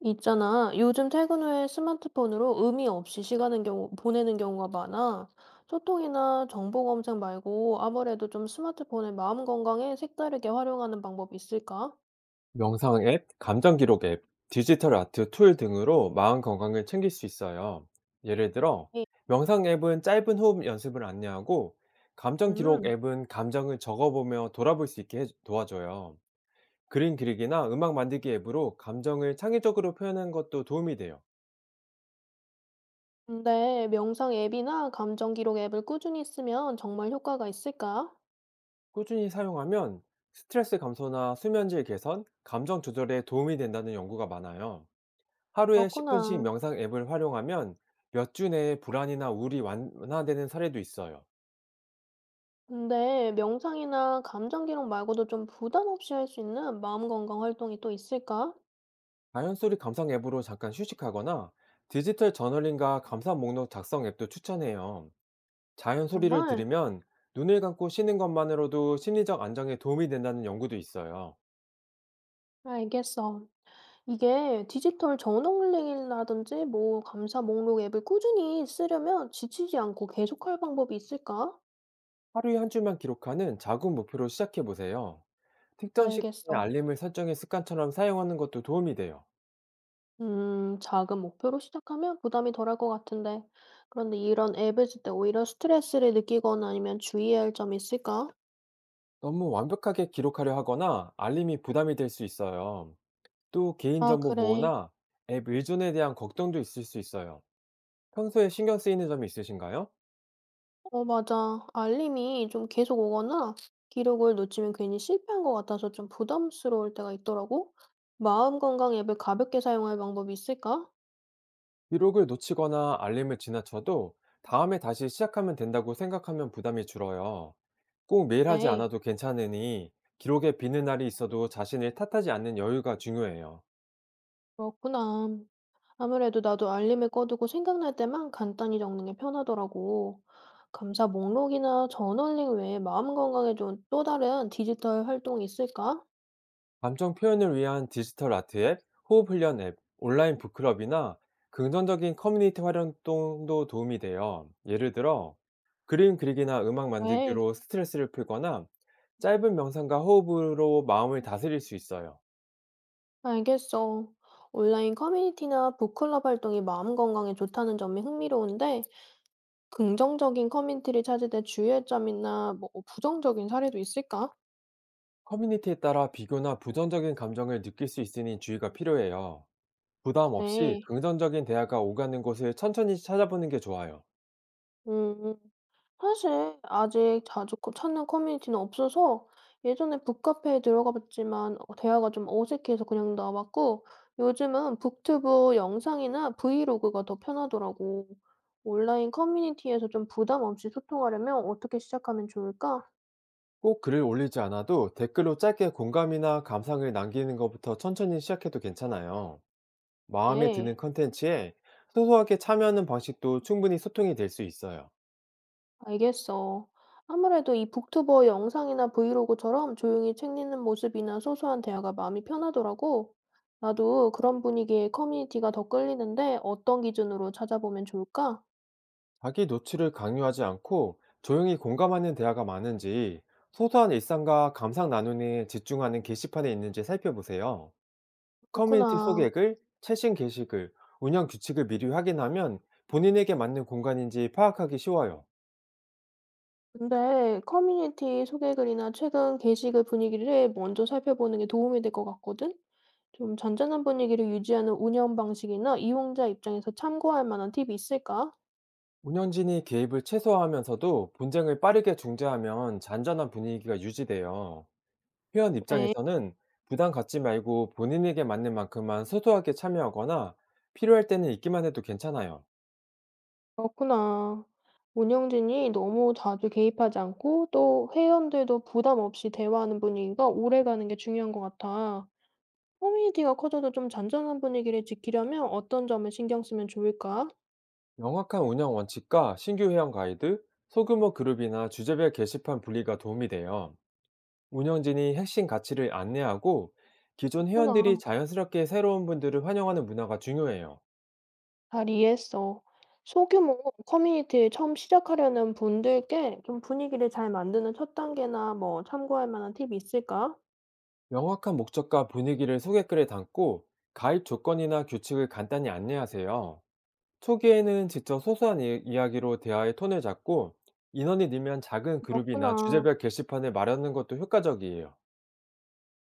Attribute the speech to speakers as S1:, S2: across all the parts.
S1: 있잖아. 요즘 퇴근 후에 스마트폰으로 의미 없이 보내는 경우가 많아. 소통이나 정보 검색 말고 아무래도 좀 스마트폰의 마음 건강에 색다르게 활용하는 방법이 있을까?
S2: 명상 앱, 감정 기록 앱, 디지털 아트 툴 등으로 마음 건강을 챙길 수 있어요. 예를 들어,
S1: 네,
S2: 명상 앱은 짧은 호흡 연습을 안내하고, 감정 기록
S1: 음.
S2: 앱은 감정을 적어보며 돌아볼 수 있게 도와줘요. 그림 그리기나 음악 만들기 앱으로 감정을 창의적으로 표현하는 것도 도움이 돼요.
S1: 근데 명상 앱이나 감정 기록 앱을 꾸준히 쓰면 정말 효과가 있을까?
S2: 꾸준히 사용하면 스트레스 감소나 수면질 개선, 감정 조절에 도움이 된다는 연구가 많아요. 하루에 10분씩
S1: 그렇구나.
S2: 명상 앱을 활용하면 몇 주 내에 불안이나 우울이 완화되는 사례도 있어요.
S1: 근데 명상이나 감정 기록 말고도 좀 부담 없이 할 수 있는 마음 건강 활동이 또 있을까?
S2: 자연 소리 감상 앱으로 잠깐 휴식하거나 디지털 저널링과 감상 목록 작성 앱도 추천해요. 자연 소리를
S1: 정말?
S2: 들으면 눈을 감고 쉬는 것만으로도 심리적 안정에 도움이 된다는 연구도 있어요.
S1: 알겠어. 이게 디지털 저널링이라든지 뭐 감사 목록 앱을 꾸준히 쓰려면 지치지 않고 계속할 방법이 있을까?
S2: 하루에 한 줄만 기록하는 작은 목표로 시작해 보세요. 특정 시간에
S1: 알겠어.
S2: 알림을 설정해 습관처럼 사용하는 것도 도움이 돼요.
S1: 작은 목표로 시작하면 부담이 덜할 것 같은데. 그런데 이런 앱을 쓸 때 오히려 스트레스를 느끼거나 아니면 주의해야 할 점이 있을까?
S2: 너무 완벽하게 기록하려 하거나 알림이 부담이 될 수 있어요. 또
S1: 아,
S2: 개인정보
S1: 그래.
S2: 보호나 앱 의존에 대한 걱정도 있을 수 있어요. 평소에 신경 쓰이는 점이 있으신가요?
S1: 어, 맞아. 알림이 좀 계속 오거나 기록을 놓치면 괜히 실패한 것 같아서 좀 부담스러울 때가 있더라고. 마음 건강 앱을 가볍게 사용할 방법이 있을까?
S2: 기록을 놓치거나 알림을 지나쳐도 다음에 다시 시작하면 된다고 생각하면 부담이 줄어요. 꼭 매일 하지
S1: 에이,
S2: 않아도 괜찮으니 기록에 비는 날이 있어도 자신을 탓하지 않는 여유가 중요해요.
S1: 그렇구나. 아무래도 나도 알림을 꺼두고 생각날 때만 간단히 적는 게 편하더라고. 감사 목록이나 저널링 외에 마음 건강에 좋은 또 다른 디지털 활동이 있을까?
S2: 감정 표현을 위한 디지털 아트 앱, 호흡 훈련 앱, 온라인 북클럽이나 긍정적인 커뮤니티 활동도 도움이 돼요. 예를 들어, 그림 그리기나 음악
S1: 네,
S2: 만들기로 스트레스를 풀거나 짧은 명상과 호흡으로 마음을 다스릴 수 있어요.
S1: 알겠어. 온라인 커뮤니티나 북클럽 활동이 마음 건강에 좋다는 점이 흥미로운데, 긍정적인 커뮤니티를 찾을 때 주의할 점이나 뭐 부정적인 사례도 있을까?
S2: 커뮤니티에 따라 비교나 부정적인 감정을 느낄 수 있으니 주의가 필요해요. 부담 없이
S1: 그래.
S2: 긍정적인 대화가 오가는 곳을 천천히 찾아보는 게 좋아요.
S1: 음. 사실 아직 찾는 커뮤니티는 없어서 예전에 북카페에 들어가 봤지만 어 대화가 좀 어색해서 그냥 나왔고 요즘은 북튜브 영상이나 브이로그가 더 편하더라고. 온라인 커뮤니티에서 좀 부담 없이 소통하려면 어떻게 시작하면 좋을까?
S2: 꼭 글을 올리지 않아도 댓글로 짧게 공감이나 감상을 남기는 것부터 천천히 시작해도 괜찮아요. 마음에
S1: 네.
S2: 드는 컨텐츠에 소소하게 참여하는 방식도 충분히 소통이 될 수 있어요.
S1: 알겠어. 아무래도 이 북튜버 영상이나 브이로그처럼 조용히 책 읽는 모습이나 소소한 대화가 마음이 편하더라고. 나도 그런 분위기에 커뮤니티가 더 끌리는데 어떤 기준으로 찾아보면 좋을까?
S2: 자기 노출을 강요하지 않고 조용히 공감하는 대화가 많은지 소소한 일상과 감상 나눔에 집중하는 게시판에 있는지 살펴보세요. 커뮤니티
S1: 그렇구나.
S2: 소개글, 최신 게시글, 운영 규칙을 미리 확인하면 본인에게 맞는 공간인지 파악하기 쉬워요.
S1: 근데 커뮤니티 소개글이나 최근 게시글 분위기를 먼저 살펴보는 게 도움이 될 것 같거든? 좀 잔잔한 분위기를 유지하는 운영 방식이나 이용자 입장에서 참고할 만한 팁이 있을까?
S2: 운영진이 개입을 최소화하면서도 분쟁을 빠르게 중재하면 잔잔한 분위기가 유지돼요. 회원
S1: 네.
S2: 입장에서는 부담 갖지 말고 본인에게 맞는 만큼만 소소하게 참여하거나 필요할 때는 있기만 해도 괜찮아요.
S1: 그렇구나. 운영진이 너무 자주 개입하지 않고 또 회원들도 부담 없이 대화하는 분위기가 오래가는 게 중요한 것 같아. 커뮤니티가 커져도 좀 잔잔한 분위기를 지키려면 어떤 점을 신경 쓰면 좋을까?
S2: 명확한 운영 원칙과 신규 회원 가이드, 소규모 그룹이나 주제별 게시판 분리가 도움이 돼요. 운영진이 핵심 가치를 안내하고 기존
S1: 그렇구나.
S2: 회원들이 자연스럽게 새로운 분들을 환영하는 문화가 중요해요.
S1: 잘 이해했어. 소규모 커뮤니티를 처음 시작하려는 분들께 좀 분위기를 잘 만드는 첫 단계나 뭐 참고할 만한 팁이 있을까?
S2: 명확한 목적과 분위기를 소개글에 담고 가입 조건이나 규칙을 간단히 안내하세요. 초기에는 직접 소소한 이야기로 대화의 톤을 잡고 인원이 늘면 작은 그룹이나
S1: 그렇구나.
S2: 주제별 게시판을 마련하는 것도 효과적이에요.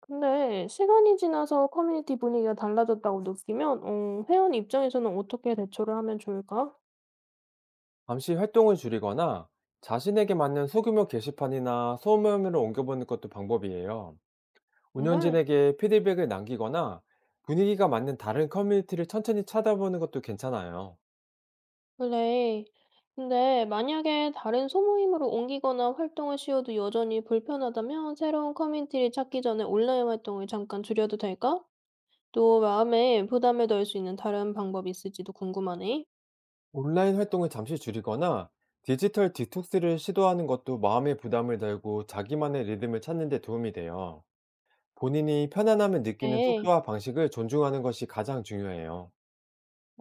S1: 근데 시간이 지나서 커뮤니티 분위기가 달라졌다고 느끼면 어 회원 입장에서는 어떻게 대처를 하면 좋을까?
S2: 잠시 활동을 줄이거나 자신에게 맞는 소규모 게시판이나 소모임으로 옮겨보는 것도 방법이에요.
S1: 정말?
S2: 운영진에게 피드백을 남기거나 분위기가 맞는 다른 커뮤니티를 천천히 찾아보는 것도 괜찮아요.
S1: 그래. 근데 만약에 다른 소모임으로 옮기거나 활동을 쉬어도 여전히 불편하다면 새로운 커뮤니티를 찾기 전에 온라인 활동을 잠깐 줄여도 될까? 또 마음에 부담을 덜 수 있는 다른 방법이 있을지도 궁금하네.
S2: 온라인 활동을 잠시 줄이거나 디지털 디톡스를 시도하는 것도 마음의 부담을 덜고 자기만의 리듬을 찾는 데 도움이 돼요. 본인이 편안함을 느끼는
S1: 네,
S2: 속도와 방식을 존중하는 것이 가장 중요해요.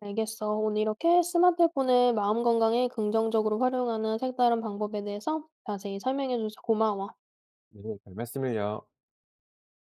S1: 알겠어. 오늘 이렇게 스마트폰을 마음 건강에 긍정적으로 활용하는 색다른 방법에 대해서 자세히 설명해줘서 고마워.
S2: 네, 별 말씀을요.